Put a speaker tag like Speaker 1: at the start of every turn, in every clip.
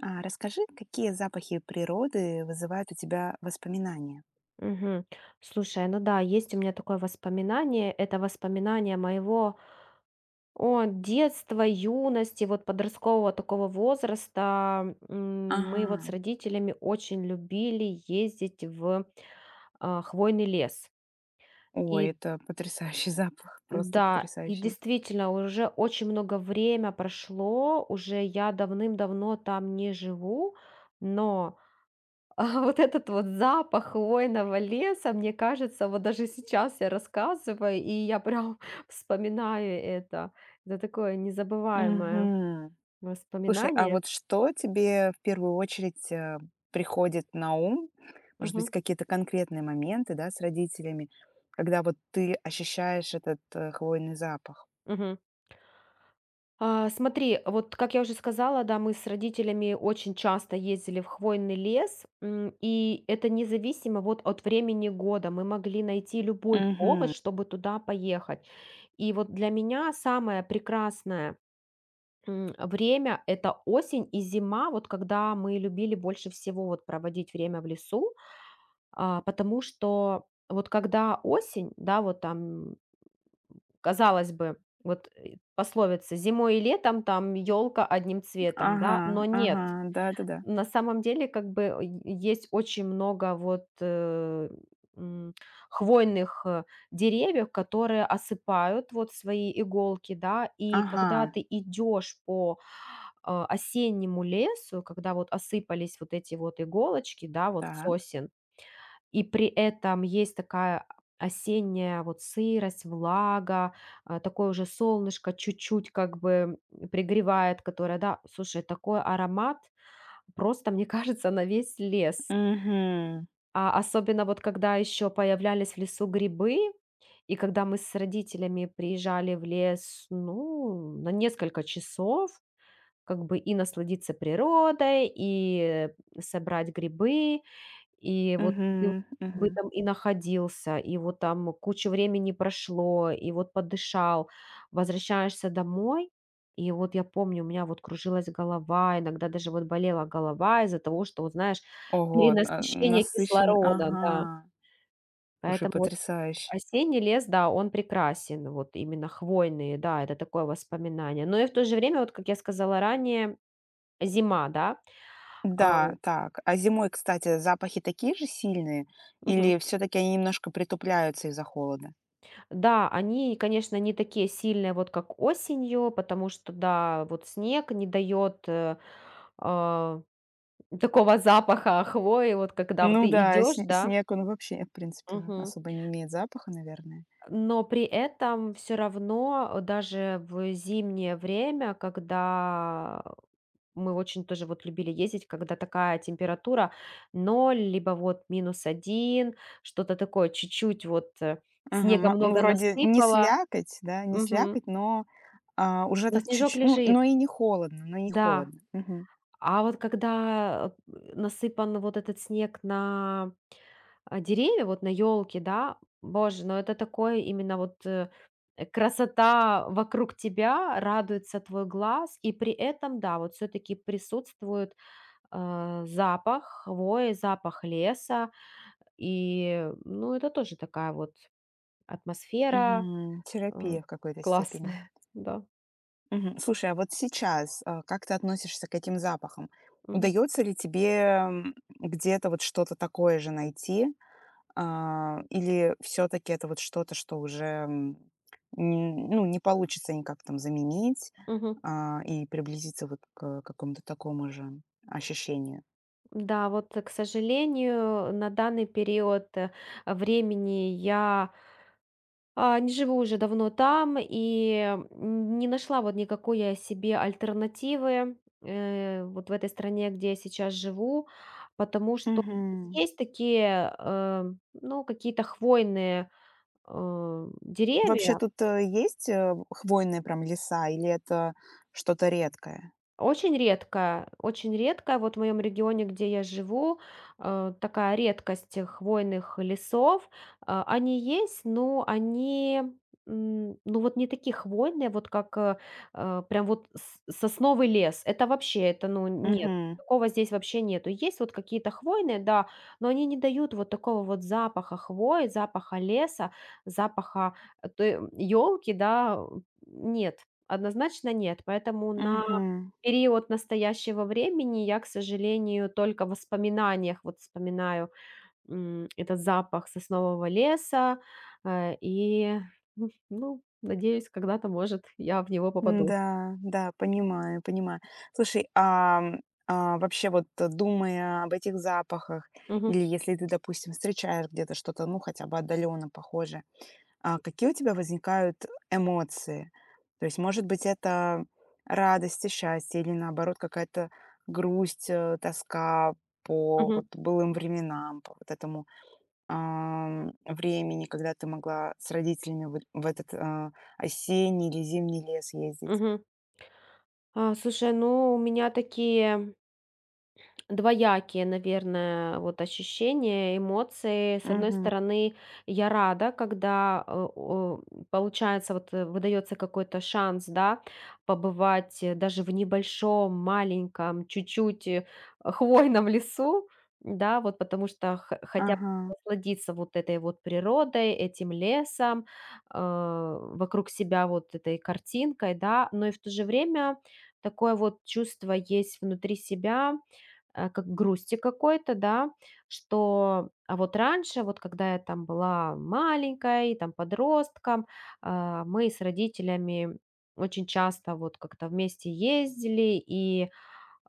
Speaker 1: Расскажи, какие запахи природы вызывают у тебя воспоминания?
Speaker 2: Мгм. Слушай, ну да, есть у меня такое воспоминание. Это воспоминание моего детства, юности, вот подросткового такого возраста. Мы вот с
Speaker 1: Ага.
Speaker 2: родителями очень любили ездить в хвойный лес.
Speaker 1: Ой,
Speaker 2: И
Speaker 1: это потрясающий запах, просто
Speaker 2: да, и
Speaker 1: потрясающий.
Speaker 2: действительно, уже очень много время прошло, уже я давным-давно там не живу, но а вот этот вот запах хвойного леса, мне кажется, вот даже сейчас я рассказываю, и я прям вспоминаю это. Это такое незабываемое
Speaker 1: Мгм. Слушай, а
Speaker 2: воспоминание.
Speaker 1: вот что тебе в первую очередь приходит на ум? Может быть,
Speaker 2: Мгм.
Speaker 1: какие-то конкретные моменты, да, с родителями, когда вот ты ощущаешь этот хвойный запах?
Speaker 2: Мгм. Смотри, вот как я уже сказала, да, мы с родителями очень часто ездили в хвойный лес, и это независимо вот от времени года. Мы могли найти любой повод,
Speaker 1: Мгм.
Speaker 2: чтобы туда поехать. И вот для меня самое прекрасное, время- это осень и зима, вот когда мы любили больше всего вот проводить время в лесу, потому что вот когда осень, да, вот там, казалось бы, вот, пословица: "Зимой и летом там елка одним цветом", да,
Speaker 1: Ага,
Speaker 2: но нет.
Speaker 1: ага, да-да-да.
Speaker 2: На самом деле, как бы, есть очень много вот, м, хвойных, деревьев, которые осыпают вот свои иголки, да, и когда
Speaker 1: Ага,
Speaker 2: ты идешь по осеннему лесу, когда вот осыпались вот эти вот иголочки, да, вот
Speaker 1: так.
Speaker 2: сосен, и при этом есть такая осенняя вот сырость, влага, такое уже солнышко чуть-чуть как бы пригревает, которое, да, слушай, такой аромат просто, мне кажется, на весь лес.
Speaker 1: Угу,
Speaker 2: А особенно вот когда еще появлялись в лесу грибы, и когда мы с родителями приезжали в лес, ну, на несколько часов, как бы и насладиться природой, и собрать грибы, и вот ты
Speaker 1: угу,
Speaker 2: бы
Speaker 1: угу.
Speaker 2: там и находился, и вот там куча времени прошло, и вот подышал. Возвращаешься домой, и вот я помню, у меня вот кружилась голова, иногда даже вот болела голова из-за того, что, вот знаешь,
Speaker 1: Ого,
Speaker 2: перенасыщение
Speaker 1: насыщен,
Speaker 2: кислорода,
Speaker 1: ага.
Speaker 2: да.
Speaker 1: Слушай,
Speaker 2: Поэтому вот
Speaker 1: потрясающе.
Speaker 2: осенний лес, да, он прекрасен, вот именно хвойные, да, это такое воспоминание. Но и в то же время, вот как я сказала ранее, зима, да. а,
Speaker 1: Да, так. А зимой, кстати, запахи такие же сильные
Speaker 2: Мгм.
Speaker 1: или все таки они немножко притупляются из-за холода?
Speaker 2: Да, они, конечно, не такие сильные, вот как осенью, потому что, да, вот снег не дает, а, такого запаха хвои, вот когда вот
Speaker 1: Ну
Speaker 2: ты
Speaker 1: да,
Speaker 2: идешь,
Speaker 1: сн
Speaker 2: да.
Speaker 1: снег, он вообще, в принципе,
Speaker 2: Мгм.
Speaker 1: особо не имеет запаха, наверное.
Speaker 2: Но при этом все равно, даже в зимнее время, когда мы очень тоже вот любили ездить, когда такая температура ноль либо вот минус один, что-то такое, чуть-чуть вот,
Speaker 1: Ага,
Speaker 2: снега
Speaker 1: ма ну,
Speaker 2: много
Speaker 1: вроде не
Speaker 2: насыпало.
Speaker 1: слякоть, да, не слякоть, но, уже
Speaker 2: Но
Speaker 1: так
Speaker 2: снежок
Speaker 1: чуть-чуть, ну,
Speaker 2: лежит,
Speaker 1: но и не холодно, но и не
Speaker 2: да.
Speaker 1: холодно. Мгм.
Speaker 2: А вот когда, насыпан вот этот снег на, деревья, вот на елке, да, боже, ну это такое именно вот, красота вокруг тебя, радуется твой глаз, и при этом, да, вот все таки присутствует, запах хвои, запах леса. И, ну, это тоже такая вот атмосфера,
Speaker 1: Мгм.
Speaker 2: э,
Speaker 1: Терапия в какой-то степени.
Speaker 2: классная, да.
Speaker 1: Мгм. Слушай, а вот сейчас, как ты относишься к этим запахам?
Speaker 2: Мгм,
Speaker 1: Удается ли тебе, где-то вот что-то такое же найти? Или все таки это вот что-то, что уже, м, н ну, не получится никак там заменить,
Speaker 2: мгм.
Speaker 1: и приблизиться вот к какому-то такому же ощущению?
Speaker 2: Да, вот, к сожалению, на данный период времени я не живу уже давно там и не нашла вот никакой я себе альтернативы, вот в этой стране, где я сейчас живу, потому что
Speaker 1: Мгм.
Speaker 2: здесь есть такие, ну, какие-то хвойные
Speaker 1: Вообще
Speaker 2: деревья.
Speaker 1: тут, есть, хвойные прям леса или это что-то редкое?
Speaker 2: Очень редко, очень редко. Вот в моем регионе, где я живу, такая редкость хвойных лесов. Они есть, но они, ну вот не такие хвойные, вот как, прям вот сосновый лес. Это вообще, это, ну нет,
Speaker 1: Мгм.
Speaker 2: такого здесь вообще нету. Есть вот какие-то хвойные, да, но они не дают вот такого вот запаха хвои, запаха леса, запаха елки, да, нет. Однозначно нет, поэтому на
Speaker 1: Мгм.
Speaker 2: период настоящего времени я, к сожалению, только в воспоминаниях вот вспоминаю, этот запах соснового леса, и, ну, надеюсь, когда-то, может, я в него попаду.
Speaker 1: Да, да, понимаю, понимаю. Слушай, ам, вообще вот, думая об этих запахах
Speaker 2: Мгм.
Speaker 1: или если ты, допустим, встречаешь где-то что-то, ну, хотя бы отдаленно похожее, какие у тебя возникают эмоции? То есть, может быть, это радость и счастье или, наоборот, какая-то грусть, тоска по вот
Speaker 2: Мгм.
Speaker 1: былым временам, по вот этому, ам, времени, когда ты могла с родителями вот в этот, осенний или зимний лес ездить?
Speaker 2: Мгм. Слушай, ну, у меня такие двоякие, наверное, вот ощущения, эмоции. С одной
Speaker 1: Мгм.
Speaker 2: стороны, я рада, когда, получается, вот, выдается какой-то шанс, да, побывать, даже в небольшом, маленьком, чуть-чуть, хвойном лесу, да, вот потому что хотя
Speaker 1: Ага.
Speaker 2: бы насладиться вот этой вот природой, этим лесом, э, вокруг себя вот этой картинкой, да, но и в то же время такое вот чувство есть внутри себя, как грусти какой-то, да, что вот раньше, вот когда я там была маленькой, там подростком, мы с родителями очень часто вот как-то вместе ездили, и,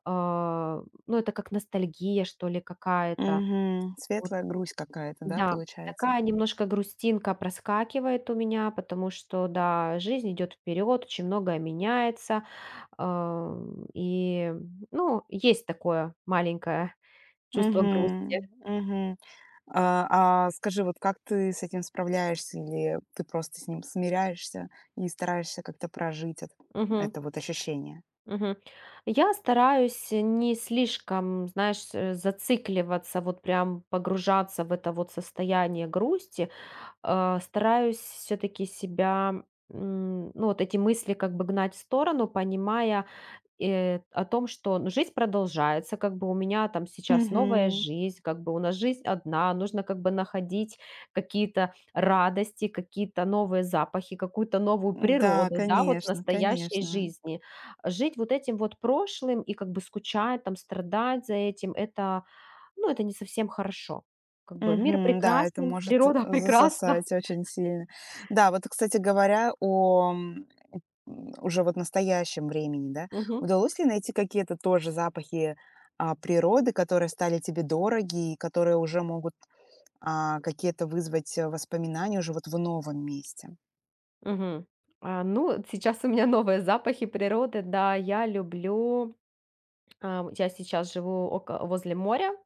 Speaker 2: ну, это как ностальгия, что ли, какая-то.
Speaker 1: Мгм.
Speaker 2: Вот,
Speaker 1: Светлая грусть какая-то, да,
Speaker 2: да,
Speaker 1: получается?
Speaker 2: такая немножко грустинка проскакивает у меня, потому что, да, жизнь идет вперед, очень многое меняется, а, и, ну, есть такое маленькое чувство грусти.
Speaker 1: Мгм. Мгм. А скажи, вот как ты с этим справляешься? Или ты просто с ним смиряешься и стараешься как-то прожить это
Speaker 2: Мгм,
Speaker 1: это вот ощущение?
Speaker 2: мгм. Я стараюсь не слишком, знаешь, зацикливаться, вот прям погружаться в это вот состояние грусти. Стараюсь все-таки себя, ну, вот эти мысли как бы гнать в сторону, понимая, о том, что, ну, жизнь продолжается, как бы у меня там сейчас новая
Speaker 1: Мгм.
Speaker 2: жизнь, как бы у нас жизнь одна, нужно как бы находить какие-то радости, какие-то новые запахи, какую-то новую
Speaker 1: Да,
Speaker 2: природу, да, вот в
Speaker 1: конечно,
Speaker 2: настоящей
Speaker 1: конечно.
Speaker 2: жизни. Жить вот этим вот прошлым и как бы скучать, там, страдать за этим, это, ну, это не совсем хорошо. Как бы мир
Speaker 1: Мгм. Да, это
Speaker 2: прекрасен,
Speaker 1: может
Speaker 2: природа прекрасна.
Speaker 1: засосать очень сильно. Да, вот, кстати говоря, о, уже вот в настоящем времени, да,
Speaker 2: Мгм.
Speaker 1: удалось ли найти какие-то тоже запахи, природы, которые стали тебе дороги и которые уже могут, какие-то вызвать, воспоминания уже вот в новом месте?
Speaker 2: Мгм. Ну, вот сейчас у меня новые запахи природы, да, я люблю. Я сейчас живу око возле моря,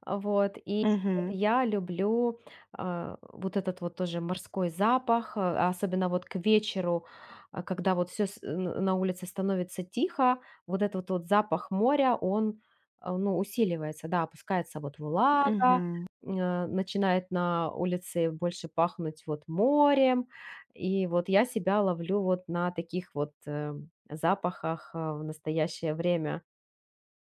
Speaker 2: вот, и вот
Speaker 1: Мгм.
Speaker 2: я люблю, вот этот вот тоже морской запах, а особенно вот к вечеру, когда вот все на улице становится тихо, вот этот вот запах моря, он, ну, усиливается, да, опускается вот влага, начинает на улице больше пахнуть вот морем, и вот я себя ловлю вот на таких вот, запахах, в настоящее время.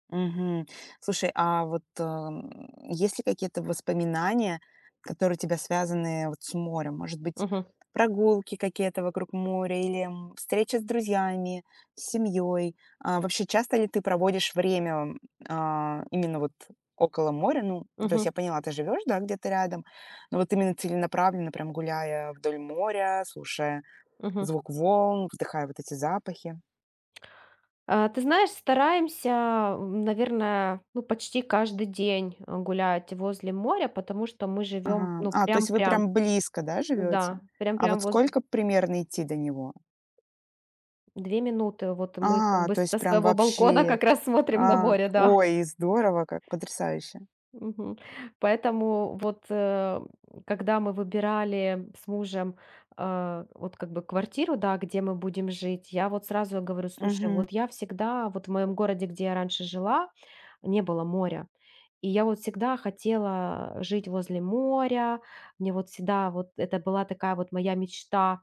Speaker 1: Мгм. Слушай, а вот, есть ли какие-то воспоминания, которые у тебя связаны вот с морем? Может быть,
Speaker 2: Мгм.
Speaker 1: прогулки какие-то вокруг моря или, встреча с друзьями, с семьей? Вообще, часто ли ты проводишь время, м, именно вот около моря? Ну, то есть я
Speaker 2: Мгм,
Speaker 1: поняла, ты живешь, да, где-то рядом, но вот именно целенаправленно, прям гуляя вдоль моря, слушая
Speaker 2: мгм.
Speaker 1: звук волн, вдыхая вот эти запахи.
Speaker 2: Ты знаешь, стараемся, наверное, ну, почти каждый день, гулять возле моря, потому что мы живем,
Speaker 1: Ага.
Speaker 2: ну,
Speaker 1: А, то есть вы
Speaker 2: прям-прям,
Speaker 1: прям близко, да,
Speaker 2: да,
Speaker 1: живете? А
Speaker 2: прям-прям
Speaker 1: вот
Speaker 2: возле.
Speaker 1: сколько примерно идти до него?
Speaker 2: 2 минуты. Вот мы как
Speaker 1: А,
Speaker 2: бы
Speaker 1: то есть
Speaker 2: со
Speaker 1: прям
Speaker 2: своего балкона
Speaker 1: вообще.
Speaker 2: как раз смотрим на
Speaker 1: А,
Speaker 2: море, да.
Speaker 1: ой, здорово как, потрясающе.
Speaker 2: Мгм. Поэтому вот, когда мы выбирали с мужем, вот как бы квартиру, да, где мы будем жить, я вот сразу говорю: "Слушай,
Speaker 1: Мгм.
Speaker 2: вот я всегда вот в моем городе, где я раньше жила, не было моря". И я вот всегда хотела жить возле моря. Мне вот всегда вот это была такая вот моя мечта,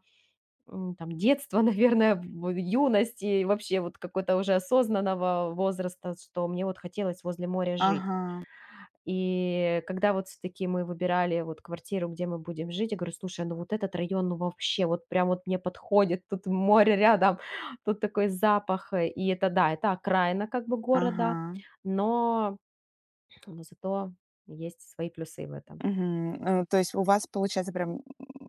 Speaker 2: там, детства, наверное, в юности, и вообще вот какого-то уже осознанного возраста, что мне вот хотелось возле моря жить.
Speaker 1: Ага,
Speaker 2: И когда вот все-таки мы выбирали вот квартиру, где мы будем жить, я говорю, слушай, ну вот этот район, ну вообще, вот прям вот мне подходит, тут море рядом, тут такой запах, и это, да, это окраина как бы
Speaker 1: ага,
Speaker 2: города, но но зато есть свои плюсы в этом.
Speaker 1: мгм. То есть у вас получается прям,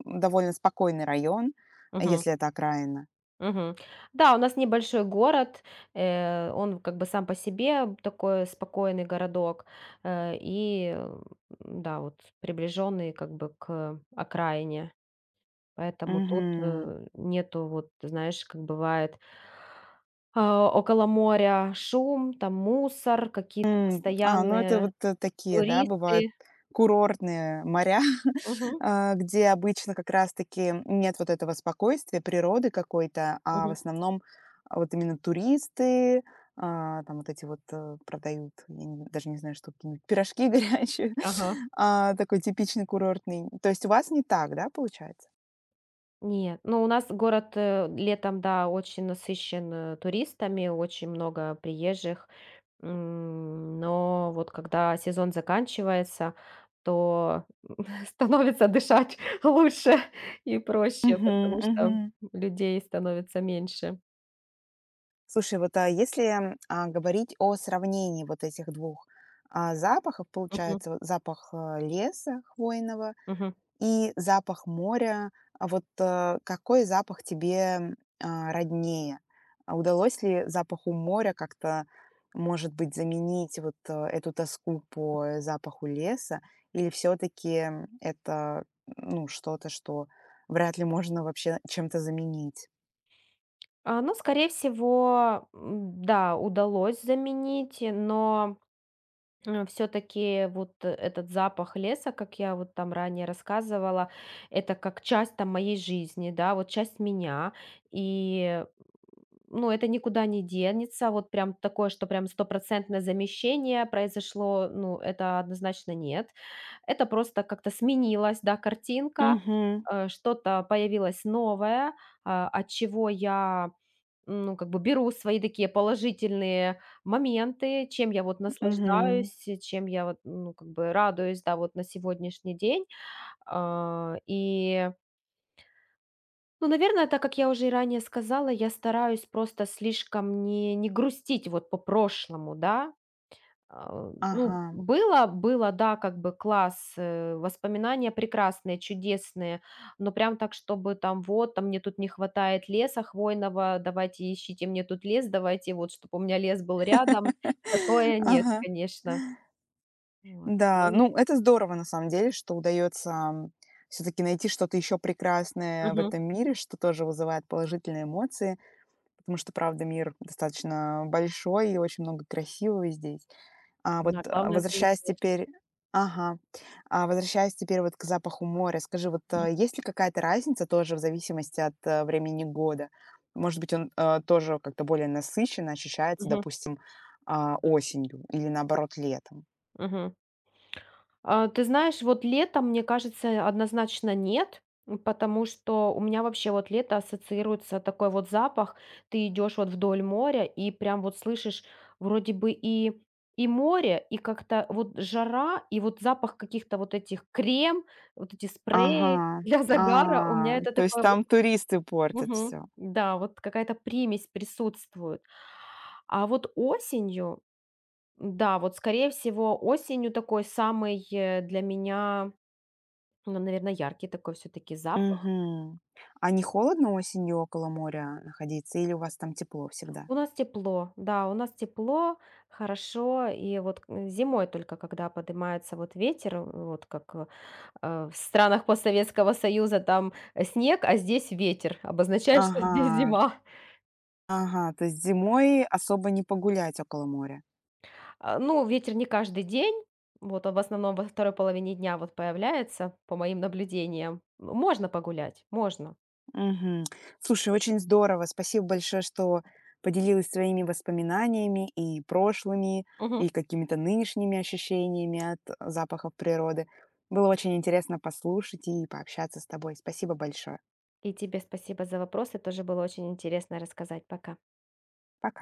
Speaker 1: довольно спокойный район,
Speaker 2: Мгм.
Speaker 1: если это окраина.
Speaker 2: Мгм. Да, у нас небольшой город, он как бы сам по себе такой спокойный городок, и, да, вот приближенный как бы к окраине. Поэтому тут,
Speaker 1: Мгм.
Speaker 2: нету, вот знаешь, как бывает, около моря шум, там мусор, какие-то
Speaker 1: Ну это
Speaker 2: постоянные
Speaker 1: вот, такие, да, бывают
Speaker 2: туристы.
Speaker 1: курортные моря.
Speaker 2: Мгм.
Speaker 1: Где обычно как раз-таки нет вот этого спокойствия, природы какой-то, а в
Speaker 2: Мгм.
Speaker 1: основном вот именно туристы, там вот эти вот продают, я не- даже не знаю, что, какие-нибудь пирожки горячие.
Speaker 2: Ага.
Speaker 1: А, такой типичный курортный. То есть у вас не так, да, получается?
Speaker 2: Нет, ну, у нас город, летом, да, очень насыщен, туристами, очень много приезжих, но вот когда сезон заканчивается, то становится дышать лучше и проще,
Speaker 1: Мгм,
Speaker 2: потому
Speaker 1: мгм.
Speaker 2: что людей становится меньше.
Speaker 1: Слушай, вот, а если говорить о сравнении вот этих двух запахов,
Speaker 2: Мгм,
Speaker 1: получается, вот запах леса хвойного
Speaker 2: мгм.
Speaker 1: и запах моря. А вот какой запах тебе роднее? А удалось ли запаху моря как-то, может быть, заменить вот эту тоску по запаху леса? Или все-таки это ну, что-то, что вряд ли можно вообще чем-то заменить?
Speaker 2: Ну, скорее всего, да, удалось заменить, но все-таки вот, этот запах леса, как я вот там ранее рассказывала, это как часть там моей жизни, да, вот часть меня. И, ну, это никуда не денется, вот прям такое, что прям стопроцентное замещение произошло, ну, это однозначно нет. Это просто как-то сменилась, да, картинка,
Speaker 1: Угу,
Speaker 2: что-то появилось новое, от чего я, ну, как бы беру свои такие положительные моменты, чем я вот
Speaker 1: угу,
Speaker 2: наслаждаюсь, чем я вот, ну, как бы радуюсь, да, вот на сегодняшний день. И, ну, наверное, так как я уже и ранее сказала, я стараюсь просто слишком не грустить вот по прошлому, да, ну,
Speaker 1: ага.
Speaker 2: было было, да, как бы класс, воспоминания прекрасные, чудесные, но прям так, чтобы там вот, там мне тут не хватает леса хвойного, давайте ищите мне тут лес, давайте вот, чтобы у меня лес был рядом, такое нет,
Speaker 1: Ага.
Speaker 2: конечно. Вот,
Speaker 1: Да,
Speaker 2: ну,
Speaker 1: ну это здорово на самом деле, что удается, все таки найти что-то еще прекрасное в
Speaker 2: мгм,
Speaker 1: этом мире, что тоже вызывает положительные эмоции, потому что, правда, мир достаточно большой и очень много красивого здесь. А вот,
Speaker 2: да, главное
Speaker 1: возвращаясь
Speaker 2: замечать.
Speaker 1: теперь. Ага. А возвращаясь теперь вот к запаху моря, скажи, вот,
Speaker 2: Мгм,
Speaker 1: есть ли какая-то разница тоже в зависимости от, времени года? Может быть, он, тоже как-то более насыщенно ощущается,
Speaker 2: мгм,
Speaker 1: допустим, осенью или наоборот летом?
Speaker 2: мгм. Ты знаешь, вот летом, мне кажется, однозначно нет, потому что у меня вообще вот лето ассоциируется такой вот запах. Ты идешь вот вдоль моря и прям вот слышишь, вроде бы, и море, и как-то вот жара, и вот запах каких-то вот этих крем, вот эти спреи
Speaker 1: Ага.
Speaker 2: для загара. У меня
Speaker 1: А,
Speaker 2: это
Speaker 1: то есть
Speaker 2: такое вот.
Speaker 1: там туристы портят
Speaker 2: Мгм.
Speaker 1: все.
Speaker 2: Да, вот какая-то примесь присутствует. А вот осенью, да, вот скорее всего осенью такой самый, для меня, ну, наверное, яркий такой все таки запах.
Speaker 1: Угу. А не холодно осенью около моря находиться или у вас там тепло всегда?
Speaker 2: У нас тепло, да, у нас тепло, хорошо. И вот, зимой только, когда поднимается вот ветер, вот как, в странах постсоветского союза там, снег, а здесь ветер, обозначает, что здесь
Speaker 1: Ага,
Speaker 2: зима.
Speaker 1: ага, то есть зимой особо не погулять около моря.
Speaker 2: Ну, ветер не каждый день, вот он в основном во второй половине дня вот появляется, по моим наблюдениям. Можно погулять, можно.
Speaker 1: Мгм. Слушай, очень здорово. Спасибо большое, что поделилась своими воспоминаниями и прошлыми,
Speaker 2: Мгм.
Speaker 1: и какими-то нынешними ощущениями от запахов природы. Было очень интересно послушать и пообщаться с тобой. Спасибо большое.
Speaker 2: И тебе спасибо за вопросы, тоже было очень интересно рассказать. Пока.
Speaker 1: Пока.